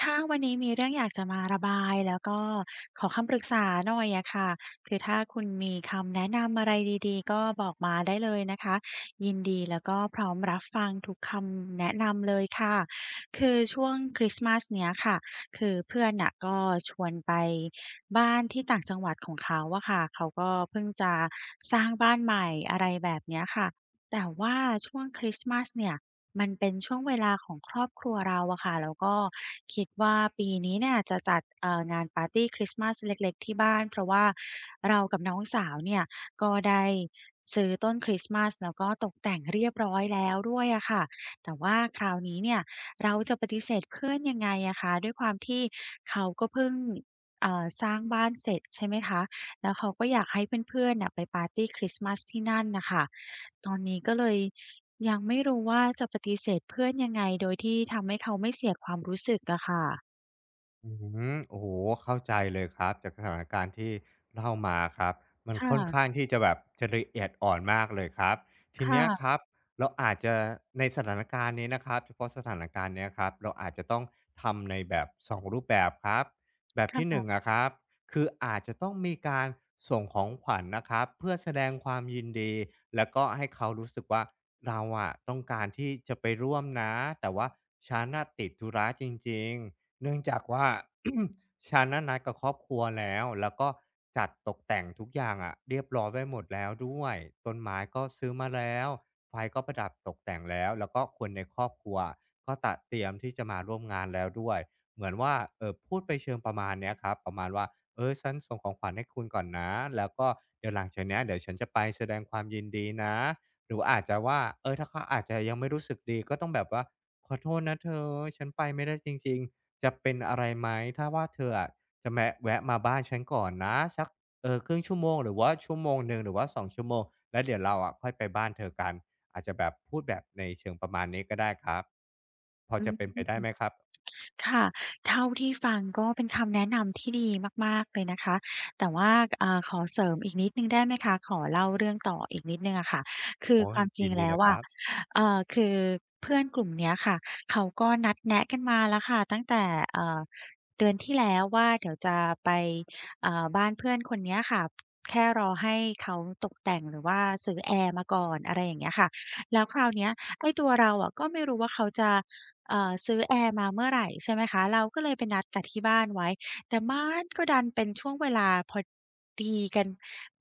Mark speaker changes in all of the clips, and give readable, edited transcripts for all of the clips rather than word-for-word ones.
Speaker 1: ค่ะวันนี้มีเรื่องอยากจะมาระบายแล้วก็ขอคำปรึกษาหน่อยอะค่ะคือถ้าคุณมีคำแนะนำอะไรดีๆก็บอกมาได้เลยนะคะยินดีแล้วก็พร้อมรับฟังทุกคำแนะนำเลยค่ะคือช่วงคริสต์มาสเนี้ยค่ะคือเพื่อนน่ะก็ชวนไปบ้านที่ต่างจังหวัดของเขาอะค่ะเขาก็เพิ่งจะสร้างบ้านใหม่อะไรแบบเนี้ยค่ะ แต่ว่าช่วงคริสต์มาสเนี่ยมันเป็นช่วงเวลาของครอบครัวเราอะค่ะแล้วก็คิดว่าปีนี้เนี่ยจะจัดงานปาร์ตีคริสต์มาสเล็กๆที่บ้านเพราะว่าเรากับน้องสาวเนี่ยก็ได้ซื้อต้นคริสต์มาสแล้วก็ตกแต่งเรียบร้อยแล้วด้วยอะค่ะแต่ว่าคราวนี้เนี่ยเราจะปฏิเสธเพื่อนยังไงอะคะด้วยความที่เขาก็เพิ่งสร้างบ้านเสร็จใช่ไหมคะแล้วเขาก็อยากให้เพื่อนๆน่ะไปปาร์ตีคริสต์มาสที่นั่นน่ะค่ะ ตอนนี้ก็เลยยังไม่รู้ว่าจะปฏิเสธเพื่อนยังไงโดยที่ทำให้เขาไม่เสียความรู้สึกอะค่ะ
Speaker 2: อืโอ้โหเข้าใจเลยครับจากสถานการณ์ที่เล่ามาครับมัน
Speaker 1: ค่ะ
Speaker 2: ค่อนข้างที่จะแบบจะละเอียดอ่อนมากเลยครับทีเนี้ยค
Speaker 1: ค่ะ
Speaker 2: รับเราอาจจะในสถานการณ์นี้นะครับเฉพาะสถานการณ์เนี้ยครับเราอาจจะต้องทำในแบบสองรูปแบบครับแบบ
Speaker 1: ค
Speaker 2: ที่หนง
Speaker 1: ่ะ
Speaker 2: อะครับคืออาจจะต้องมีการส่งของขวัญนะครับเพื่อแสดงความยินดีแล้วก็ให้เขารู้สึกว่าเราอะต้องการที่จะไปร่วมนะแต่ว่าฉันน่ะติดธุระจริงๆ เนื่องจากว่า ฉันน่ะนัดกับครอบครัวแล้ว แล้วก็จัดตกแต่งทุกอย่างอะเรียบร้อยไว้หมดแล้วด้วยต้นไม้ก็ซื้อมาแล้วไฟก็ประดับตกแต่งแล้วแล้วก็คนในครอบครัวก็ตัะเตรียมที่จะมาร่วมงานแล้วด้วยเหมือนว่าพูดไปเชิงประมาณเนี้ยครับประมาณว่าฉันส่งของขวัญให้คุณก่อนนะแล้วก็เดี๋ยวหลังจากเนี้ยเดี๋ยวฉันจะไปแสดงความยินดีนะหรืออาจจะว่าถ้าเขาอาจจะยังไม่รู้สึกดีก็ต้องแบบว่าขอโทษนะเธอฉันไปไม่ได้จริงๆ จะเป็นอะไรไหมถ้าว่าเธออะจะแวะมาบ้านฉันก่อนนะสักเออครึ่อชั่วโมงหรือว่าชั่วโมงหนึ่งหรือว่าสองชั่วโมงแล้วเดี๋ยวเราอะค่อยไปบ้านเธอกันอาจจะแบบพูดแบบในเชิงประมาณนี้ก็ได้ครับพอ
Speaker 1: อื
Speaker 2: จะเป็นไปได้
Speaker 1: ม
Speaker 2: ไหมครับ
Speaker 1: ค่ะเท่าที่ฟังก็เป็นคำแนะนำที่ดีมากๆเลยนะคะแต่ว่าขอเสริมอีกนิดหนึ่งได้ไหมคะขอเล่าเรื่องต่ออีกนิดหนึ่งอะค่ะคือ
Speaker 2: โอ้
Speaker 1: ความจริ
Speaker 2: ยิ
Speaker 1: ง
Speaker 2: นดี
Speaker 1: แล้
Speaker 2: เล
Speaker 1: ว
Speaker 2: ยค
Speaker 1: อะ
Speaker 2: รับ
Speaker 1: คือเพื่อนกลุ่มเนี้ยค่ะเขาก็นัดแนะกันมาแล้วค่ะตั้งแต่เอ่อเดือนที่แล้วว่าเดี๋ยวจะไปเอ่าบ้านเพื่อนคนเนี้ยค่ะแค่รอให้เขาตกแต่งหรือว่าซื้อแอร์มาก่อนอะไรอย่างเงี้ยค่ะแล้วคราวเนี้ยไอ้ตัวเราอะก็ไม่รู้ว่าเขาจะ ซื้อแอร์มาเมื่อไหร่ใช่ไหมคะเราก็เลยไปนัดกับที่บ้านไว้แต่มันก็ดันเป็นช่วงเวลาพอดีกัน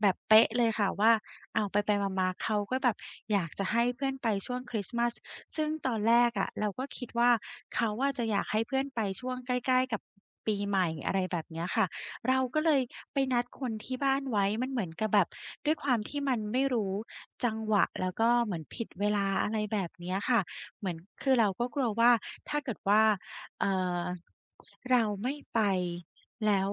Speaker 1: แบบเป๊ะเลยค่ะว่าอ้าวไปๆมาๆเขาก็แบบอยากจะให้เพื่อนไปช่วงคริสต์มาสซึ่งตอนแรกอะเราก็คิดว่าเขาอะจะอยากให้เพื่อนไปช่วงใกล้ๆกับปีใหม่อะไรแบบเนี้ยค่ะเราก็เลยไปนัดคนที่บ้านไว้มันเหมือนกับแบบด้วยความที่มันไม่รู้จังหวะแล้วก็เหมือนผิดเวลาอะไรแบบเนี้ยค่ะ เหมือนคือเราก็กลัวว่าถ้าเกิดว่าเอ่อเราไม่ไปแล้ว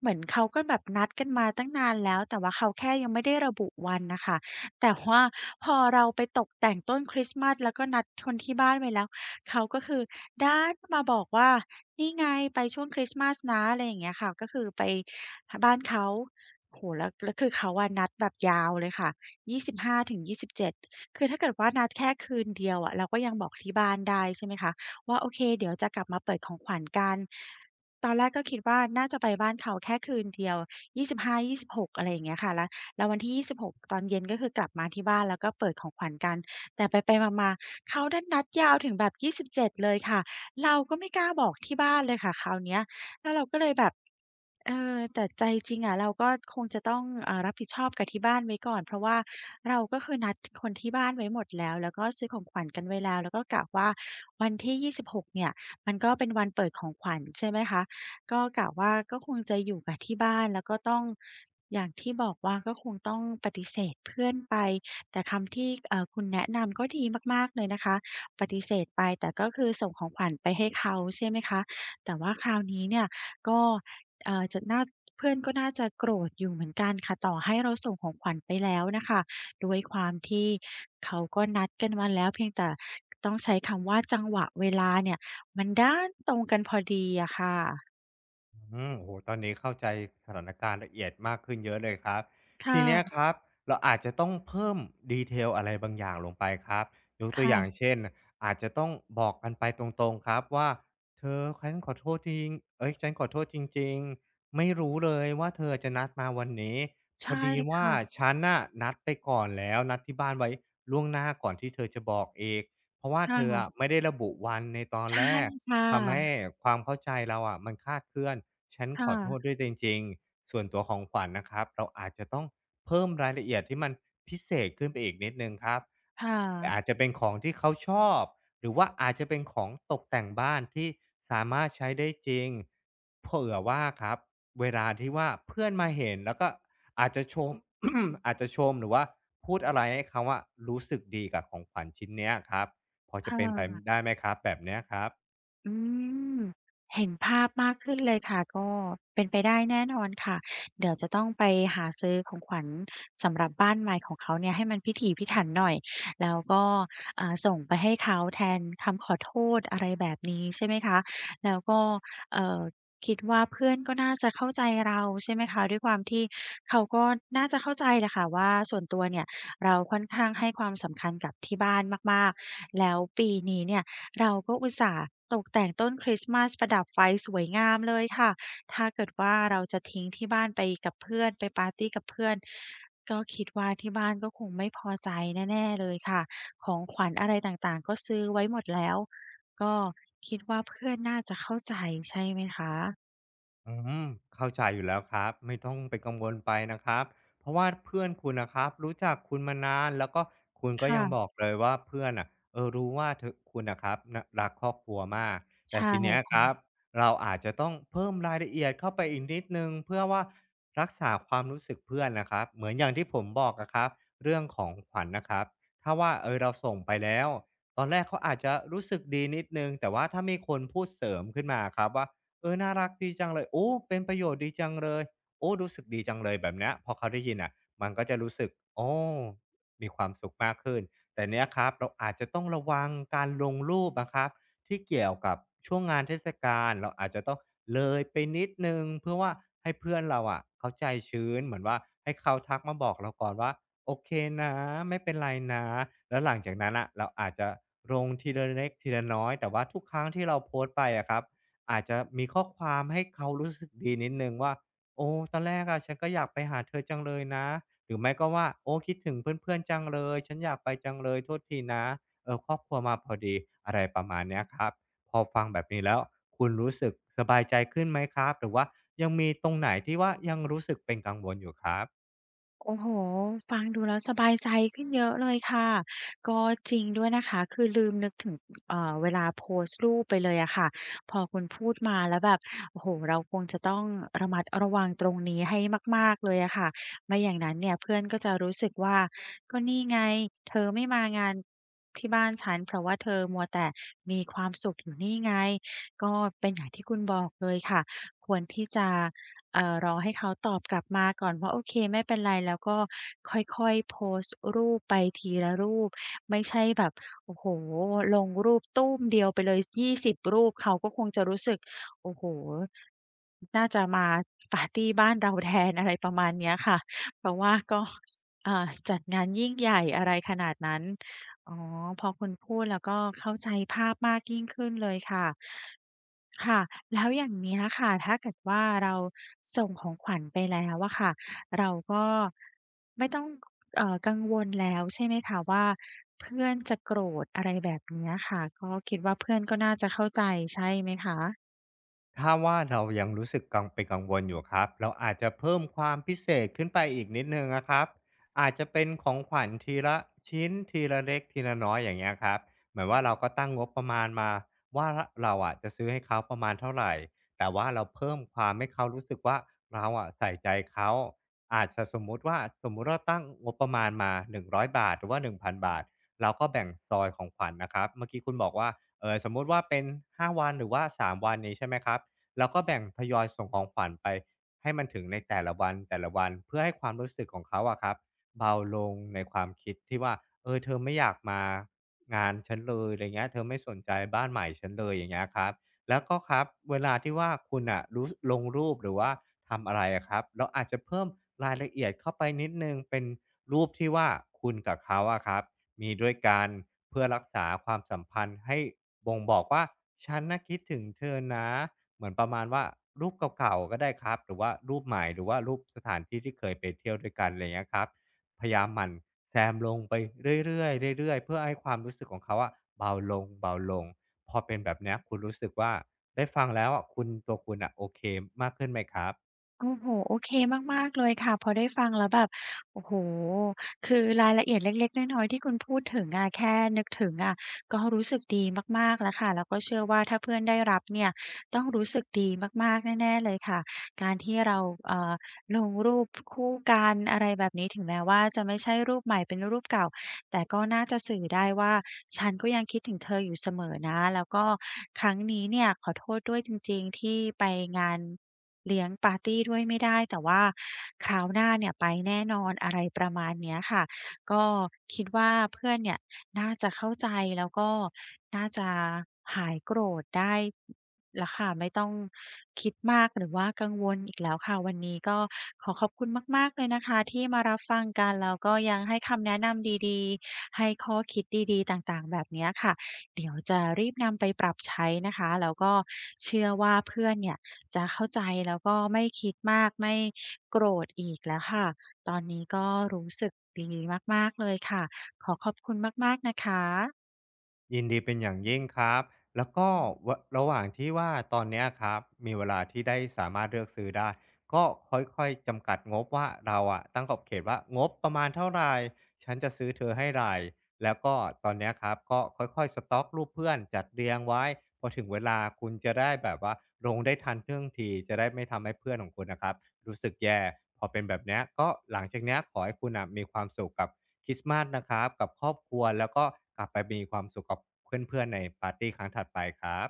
Speaker 1: เหมือนเขาก็แบบนัดกันมาตั้งนานแล้วแต่ว่าเขาแค่ยังไม่ได้ระบุวันน่ะค่ะแต่ว่าพอเราไปตกแต่งต้นคริสต์มาสแล้วก็นัดคนที่บ้านไว้แล้วเขาก็คือดันมาบอกว่านี่ไงไปช่วงคริสต์มาสนะอะไรอย่างเงี้ยค่ะก็คือไปหบ้านเขาโอ้โฮแล้วคือเขาอะนัดแบบยาวเลยค่ะ25-27 คือถ้าเกิดว่านัดแค่คืนเดียวอะเราก็ยังบอกที่บ้านได้ใช่ไหมคะว่าโอเคเดี๋ยวจะกลับมาเปิดของขวัญกันตอนแรกก็คิดว่าน่าจะไปบ้านเขาแค่คืนเดียวยี่สิบหายี่สิบหกอะไรอย่างเงี้ยค่ะแล้ววันที่ยี่สิบหกตอนเย็นก็คือกลับมาที่บ้านแล้วก็เปิดของขวัญกันแต่ไปๆมาๆเขาดันนัดยาวถึงแบบยี่สิบเจ็ดเลยค่ะเราก็ไม่กล้าบอกที่บ้านเลยค่ะคราวเนี้ยแล้วเราก็เลยแบบ เออแต่ใจจริงอะเราก็คงจะต้องรับผิดชอบกับที่บ้านไว้ก่อนเพราะว่าเราก็คือนัดคนที่บ้านไว้หมดแล้วแล้วก็ซื้อของขวัญกันไว้แล้วแล้วก็กะว่าวันที่26เนี่ยมันก็เป็นวันเปิดของขวัญใช่ไหมคะก็กะว่าก็คงจะอยู่กับที่บ้านแล้วก็ต้องอย่างที่บอกว่าก็คงต้องปฏิเสธเพื่อนไปแต่คำที่คุณแนะนำก็ดีมากๆเลยนะคะปฏิเสธไปแต่ก็คือส่งของขวัญไปให้เขาใช่ไหมคะแต่ว่าคราวนี้เนี่ยก็ เอ่อจะน่าเพื่อนก็น่าจะโกรธอยู่เหมือนกันค่ะต่อให้เราส่งของขวัญไปแล้วน่ะค่ะด้วยความที่เขาก็นัดกันมาแล้วเพียงแต่ต้องใช้คำว่าจังหวะเวลาเนี่ยมันด้านตรงกันพอดีอะค่ะ
Speaker 2: โอ้โตอนนี้เข้าใจสถานการณ์ละเอียดมากขึ้นเยอะเลยครับ ทีเนี้ย
Speaker 1: ค่ะ
Speaker 2: ครับ เราอาจจะต้องเพิ่มดีเทลอะไรบางอย่างลงไปครับยกตัวอย่าง
Speaker 1: ค่ะ
Speaker 2: เช่นอาจจะต้องบอกกันไปตรงๆครับว่าเธอฉันขอโทษจริงเอ๊ยฉันขอโทษจริงๆ ไม่รู้เลยว่าเธอจะนัดมาวันนี้พอ
Speaker 1: ใช่
Speaker 2: ดีว่า
Speaker 1: ค่ะ
Speaker 2: ฉันน่ะนัดไปก่อนแล้วนัดที่บ้านไว้ล่วงหน้าก่อนที่เธอจะบอกเอีกเพราะว่า
Speaker 1: ค
Speaker 2: เธอ
Speaker 1: ่ะ
Speaker 2: อะไม่ได้ระบุวันในตอน
Speaker 1: ใช่
Speaker 2: แรก
Speaker 1: ค่
Speaker 2: ทำให้
Speaker 1: ะ
Speaker 2: ความเข้าใจเราอะมันคลาดเคลื่อนฉัน
Speaker 1: ค
Speaker 2: ขอโทษ
Speaker 1: ่ะ
Speaker 2: ด้วยจริงๆส่วนตัวของขวัญนะครับเราอาจจะต้องเพิ่มรายละเอียดที่มันพิเศษขึ้นไปอีกนิดหนึ่งครับ
Speaker 1: ค่
Speaker 2: อาจ
Speaker 1: ะ
Speaker 2: จะเป็นของที่เขาชอบหรือว่าอาจจะเป็นของตกแต่งบ้านที่สามารถใช้ได้จริงเผื่อว่าครับเวลาที่ว่าเพื่อนมาเห็นแล้วก็อาจจะชม อาจจะชมหรือว่าพูดอะไรให้เขาว่ารู้สึกดีกับของขวัญชิ้นเนี้ยครับพอจะ
Speaker 1: ค่
Speaker 2: เป็นไป
Speaker 1: ะ
Speaker 2: ได้ไหมครับแบบเนี้ยครับ
Speaker 1: อืมเห็นภาพมากขึ้นเลยค่ะก็เป็นไปได้แน่นอนค่ะเดี๋ยวจะต้องไปหาซื้อของขวัญสำหรับบ้านใหม่ของเขาเนี่ยให้มันพิถีพิถันหน่อยแล้วก็ส่งไปให้เขาแทนคำขอโทษอะไรแบบนี้ใช่ไหมคะแล้วก็เอ่อคิดว่าเพื่อนก็น่าจะเข้าใจเราใช่ไหมคะด้วยความที่เขาก็น่าจะเข้าใจแหละค่ะว่าส่วนตัวเนี่ยเราค่อนข้างให้ความสำคัญกับที่บ้านมากๆแล้วปีนี้เนี่ย เราก็อุตส่าห์ตกแต่งต้นคริสต์มาสประดับไฟสวยงามเลยค่ะ ถ้าเกิดว่าเราจะทิ้งที่บ้านไปกับเพื่อนไปปาร์ตีกับเพื่อนก็คิดว่าที่บ้านก็คงไม่พอใจแน่ๆเลยค่ะของขวัญอะไรต่างๆก็ซื้อไว้หมดแล้วก็คิดว่าเพื่อนน่าจะเข้าใจใช่ไหมคะ
Speaker 2: อืมเข้าใจอยู่แล้วครับไม่ต้องไปกังวลไปนะครับเพราะว่าเพื่อนคุณนะครับรู้จักคุณมานานแล้วก็คุณก็ยังบอก
Speaker 1: ค่ะ
Speaker 2: เลยว่าเพื่อนอ่ะรู้ว่าเธอคุณนะครับนะรักครอบครัวมาก
Speaker 1: ใช
Speaker 2: แต่ทีเนี้ยค
Speaker 1: ่
Speaker 2: รับเราอาจจะต้องเพิ่มรายละเอียดเข้าไปอีกนิดนึงเพื่อว่ารักษาความรู้สึกเพื่อนนะครับเหมือนอย่างที่ผมบอกอะครับเรื่องของขวัญนะครับถ้าว่าเราส่งไปแล้วตอนแรกเขาอาจจะรู้สึกดีนิดนึงแต่ว่าถ้ามีคนพูดเสริมขึ้นมาครับว่า น่ารักดีจังเลยโอ้เป็นประโยชน์ดีจังเลยโอ้รู้สึกดีจังเลยแบบเนี้ยพอเขาได้ยินน่ะมันก็จะรู้สึกโอ้มีความสุขมากขึ้นแต่เนี้ยครับเราอาจจะต้องระวังการลงรูปอะครับที่เกี่ยวกับช่วงงานเทศกาลเราอาจจะต้องเลยไปนิดหนึ่งเพื่อว่าให้เพื่อนเราอะเขาใจชื้นเหมือนว่าให้เขาทักมาบอกเราก่อนว่าโอเคนะไม่เป็นไรนะแล้วหลังจากนั้นน่ะเราอาจจะลงทีละเล็กทีละน้อยแต่ว่าทุกครั้งที่เราโพสต์ไปอะครับ อาจจะมีข้อความให้เขารู้สึกดีนิดหนึ่งว่าโอ้ตอนแรกอะฉันก็อยากไปหาเธอจังเลยนะหรือไม่ก็ว่าโอ้คิดถึงเพื่อนๆจังเลยฉันอยากไปจังเลยโทษทีนะครอบครัวมาพอดีอะไรประมาณเนี้ยครับพอฟังแบบนี้แล้วคุณรู้สึกสบายใจขึ้นไหมครับหรือว่ายังมีตรงไหนที่ว่ายังรู้สึกเป็นกังวลอยู่ครับ
Speaker 1: โอ้โฮฟังดูแล้วสบายใจขึ้นเยอะเลยค่ะ ก็จริงด้วยนะคะ คือลืมนึกถึงเวลาโพสต์รูปไปเลยอะค่ะ พอคุณพูดมาแล้วแบบโอ้โฮเราคงจะต้องระมัดระวังตรงนี้ให้มากๆเลยอะค่ะไม่อย่างนั้นเนี่ยเพื่อนก็จะรู้สึกว่าก็นี่ไงเธอไม่มางานที่บ้านฉันเพราะว่าเธอมัวแต่มีความสุขอยู่นี่ไงก็เป็นอย่างที่คุณบอกเลยค่ะควรที่จะ รอให้เขาตอบกลับมาก่อนว่าโอเคไม่เป็นไรแล้วก็ค่อยๆโพสต์รูปไปทีละรูปไม่ใช่แบบโอ้โฮลงรูปตู้มเดียวไปเลย20รูปเขาก็คงจะรู้สึกโอ้โฮน่าจะมาปาร์ตีบ้านเราแทนอะไรประมาณเนี้ยค่ะเพราะว่าก็จัดงานยิ่งใหญ่อะไรขนาดนั้น อ๋อพอคุณพูดแล้วก็เข้าใจภาพมากยิ่งขึ้นเลยค่ะค่ะแล้วอย่างเนี้ยค่ะถ้าเกิดว่าเราส่งของขวัญไปแล้วอะค่ะเราก็ไม่ต้องกังวลแล้วใช่ไหมคะว่าเพื่อนจะโกรธอะไรแบบเนี้ยค่ะก็คิดว่าเพื่อนก็น่าจะเข้าใจใช่ไหมคะ
Speaker 2: ถ้าว่าเรายังรู้สึกกังเป็นกังวลอยู่ครับเราอาจจะเพิ่มความพิเศษขึ้นไปอีกนิดหนึ่งนะครับอาจจะเป็นของขวัญทีละชิ้นทีละเล็กทีละน้อยอย่างเงี้ยครับเหมือนว่าเราก็ตั้งงบประมาณมาว่าเราอะจะซื้อให้เขาประมาณเท่าไหรแต่ว่าเราเพิ่มความให้เขารู้สึกว่าเราอะใส่ใจเขาอาจจะสมมุติว่าสมมุติเราตั้งงบประมาณมา100 บาทหรือว่า1,000 บาทเราก็แบ่งซอยของขวัญนะครับเมื่อกี้คุณบอกว่าเออสมมุติว่าเป็น5 วันหรือว่า3 วันนี้ใช่ไหมครับ แล้วก็แบ่งทยอยส่งของขวัญไปให้มันถึงในแต่ละวันแต่ละวันเพื่อให้ความรู้สึกของเขาอะครับเบาลงในความคิดที่ว่าเออเธอไม่อยากมางานฉันเลยอะไรเงี้ยเธอไม่สนใจบ้านใหม่ฉันเลยอย่างเงี้ยครับแล้วก็ครับเวลาที่ว่าคุณอะรู้ลงรูปหรือว่าทำอะไรอะครับเราอาจจะเพิ่มรายละเอียดเข้าไปนิดหนึ่งเป็นรูปที่ว่าคุณกับเขาอะครับมีด้วยกันเพื่อรักษาความสัมพันธ์ให้บ่งบอกว่าฉันน่ะคิดถึงเธอนะ เหมือนประมาณว่ารูปเก่าๆก็ได้ครับหรือว่ารูปใหม่หรือว่ารูปสถานที่ที่เคยไปเที่ยวด้วยกันอะไรเงี้ยครับพยายามหมั่นแซมลงไปเรื่อยๆเรื่อยๆเพื่อให้ความรู้สึกของเขาอะเบาลงเบาลงพอเป็นแบบเนี้ยคุณรู้สึกว่าได้ฟังแล้วอะคุณตัวคุณอะโอเคมากขึ้นไหมครับ
Speaker 1: โอ้โฮโอเคมากๆเลยค่ะพอได้ฟังแล้วแบบโอ้โฮคือรายละเอียดเล็กๆน้อยๆที่คุณพูดถึงอะแค่นึกถึงอะก็รู้สึกดีมากๆแล้วค่ะแล้วก็เชื่อว่าถ้าเพื่อนได้รับเนี่ยต้องรู้สึกดีมากๆแน่ๆเลยค่ะการที่เราเอ่อลงรูปคู่กันอะไรแบบนี้ถึงแม้ว่าจะไม่ใช่รูปใหม่เป็นรูปเก่า แต่ก็น่าจะสื่อได้ว่าฉันก็ยังคิดถึงเธออยู่เสมอนะแล้วก็ครั้งนี้เนี่ยขอโทษด้วยจริงๆที่ไปงานเลี้ยงปาร์ตีด้วยไม่ได้แต่ว่าคราวหน้าเนี่ยไปแน่นอนอะไรประมาณเนี้ยค่ะ ก็คิดว่าเพื่อนเนี่ยน่าจะเข้าใจแล้วก็น่าจะหายโกรธได้แล้วค่ะไม่ต้องคิดมากหรือว่ากังวลอีกแล้วค่ะวันนี้ก็ขอขอบคุณมากๆเลยนะคะที่มารับฟังกันแล้วก็ยังให้คำแนะนำดีๆให้ข้อคิดดีๆต่างๆแบบเนี้ยค่ะเดี๋ยวจะรีบนำไปปรับใช้นะคะแล้วก็เชื่อว่าเพื่อนเนี่ยจะเข้าใจแล้วก็ไม่คิดมากไม่โกรธอีกแล้วค่ะ ตอนนี้ก็รู้สึกดีมากๆเลยค่ะขอขอบคุณมากๆนะคะ
Speaker 2: ยินดีเป็นอย่างยิ่งครับ แล้วก็ระหว่างที่ว่าตอนเนี้ยครับมีเวลาที่ได้สามารถเลือกซื้อได้ก็ค่อยๆจำกัดงบว่าเราอะตั้งขอบเขตว่างบประมาณเท่าไหร่ฉันจะซื้อเธอให้ไรแล้วก็ตอนเนี้ยครับก็ค่อยๆสต๊อกรูปเพื่อนจัดเรียงไว้พอถึงเวลาคุณจะได้แบบว่าลงได้ทันท่วงทีจะได้ไม่ทำให้เพื่อนของคุณนะครับรู้สึกแย่พอเป็นแบบเนี้ยก็หลังจากเนี้ยขอให้คุณน่ะมีความสุขกับ คริสต์มาสนะครับกับครอบครัวแล้วก็กลับไปมีความสุขกับเพื่อนๆในปาร์ตีครั้งถัดไปครับ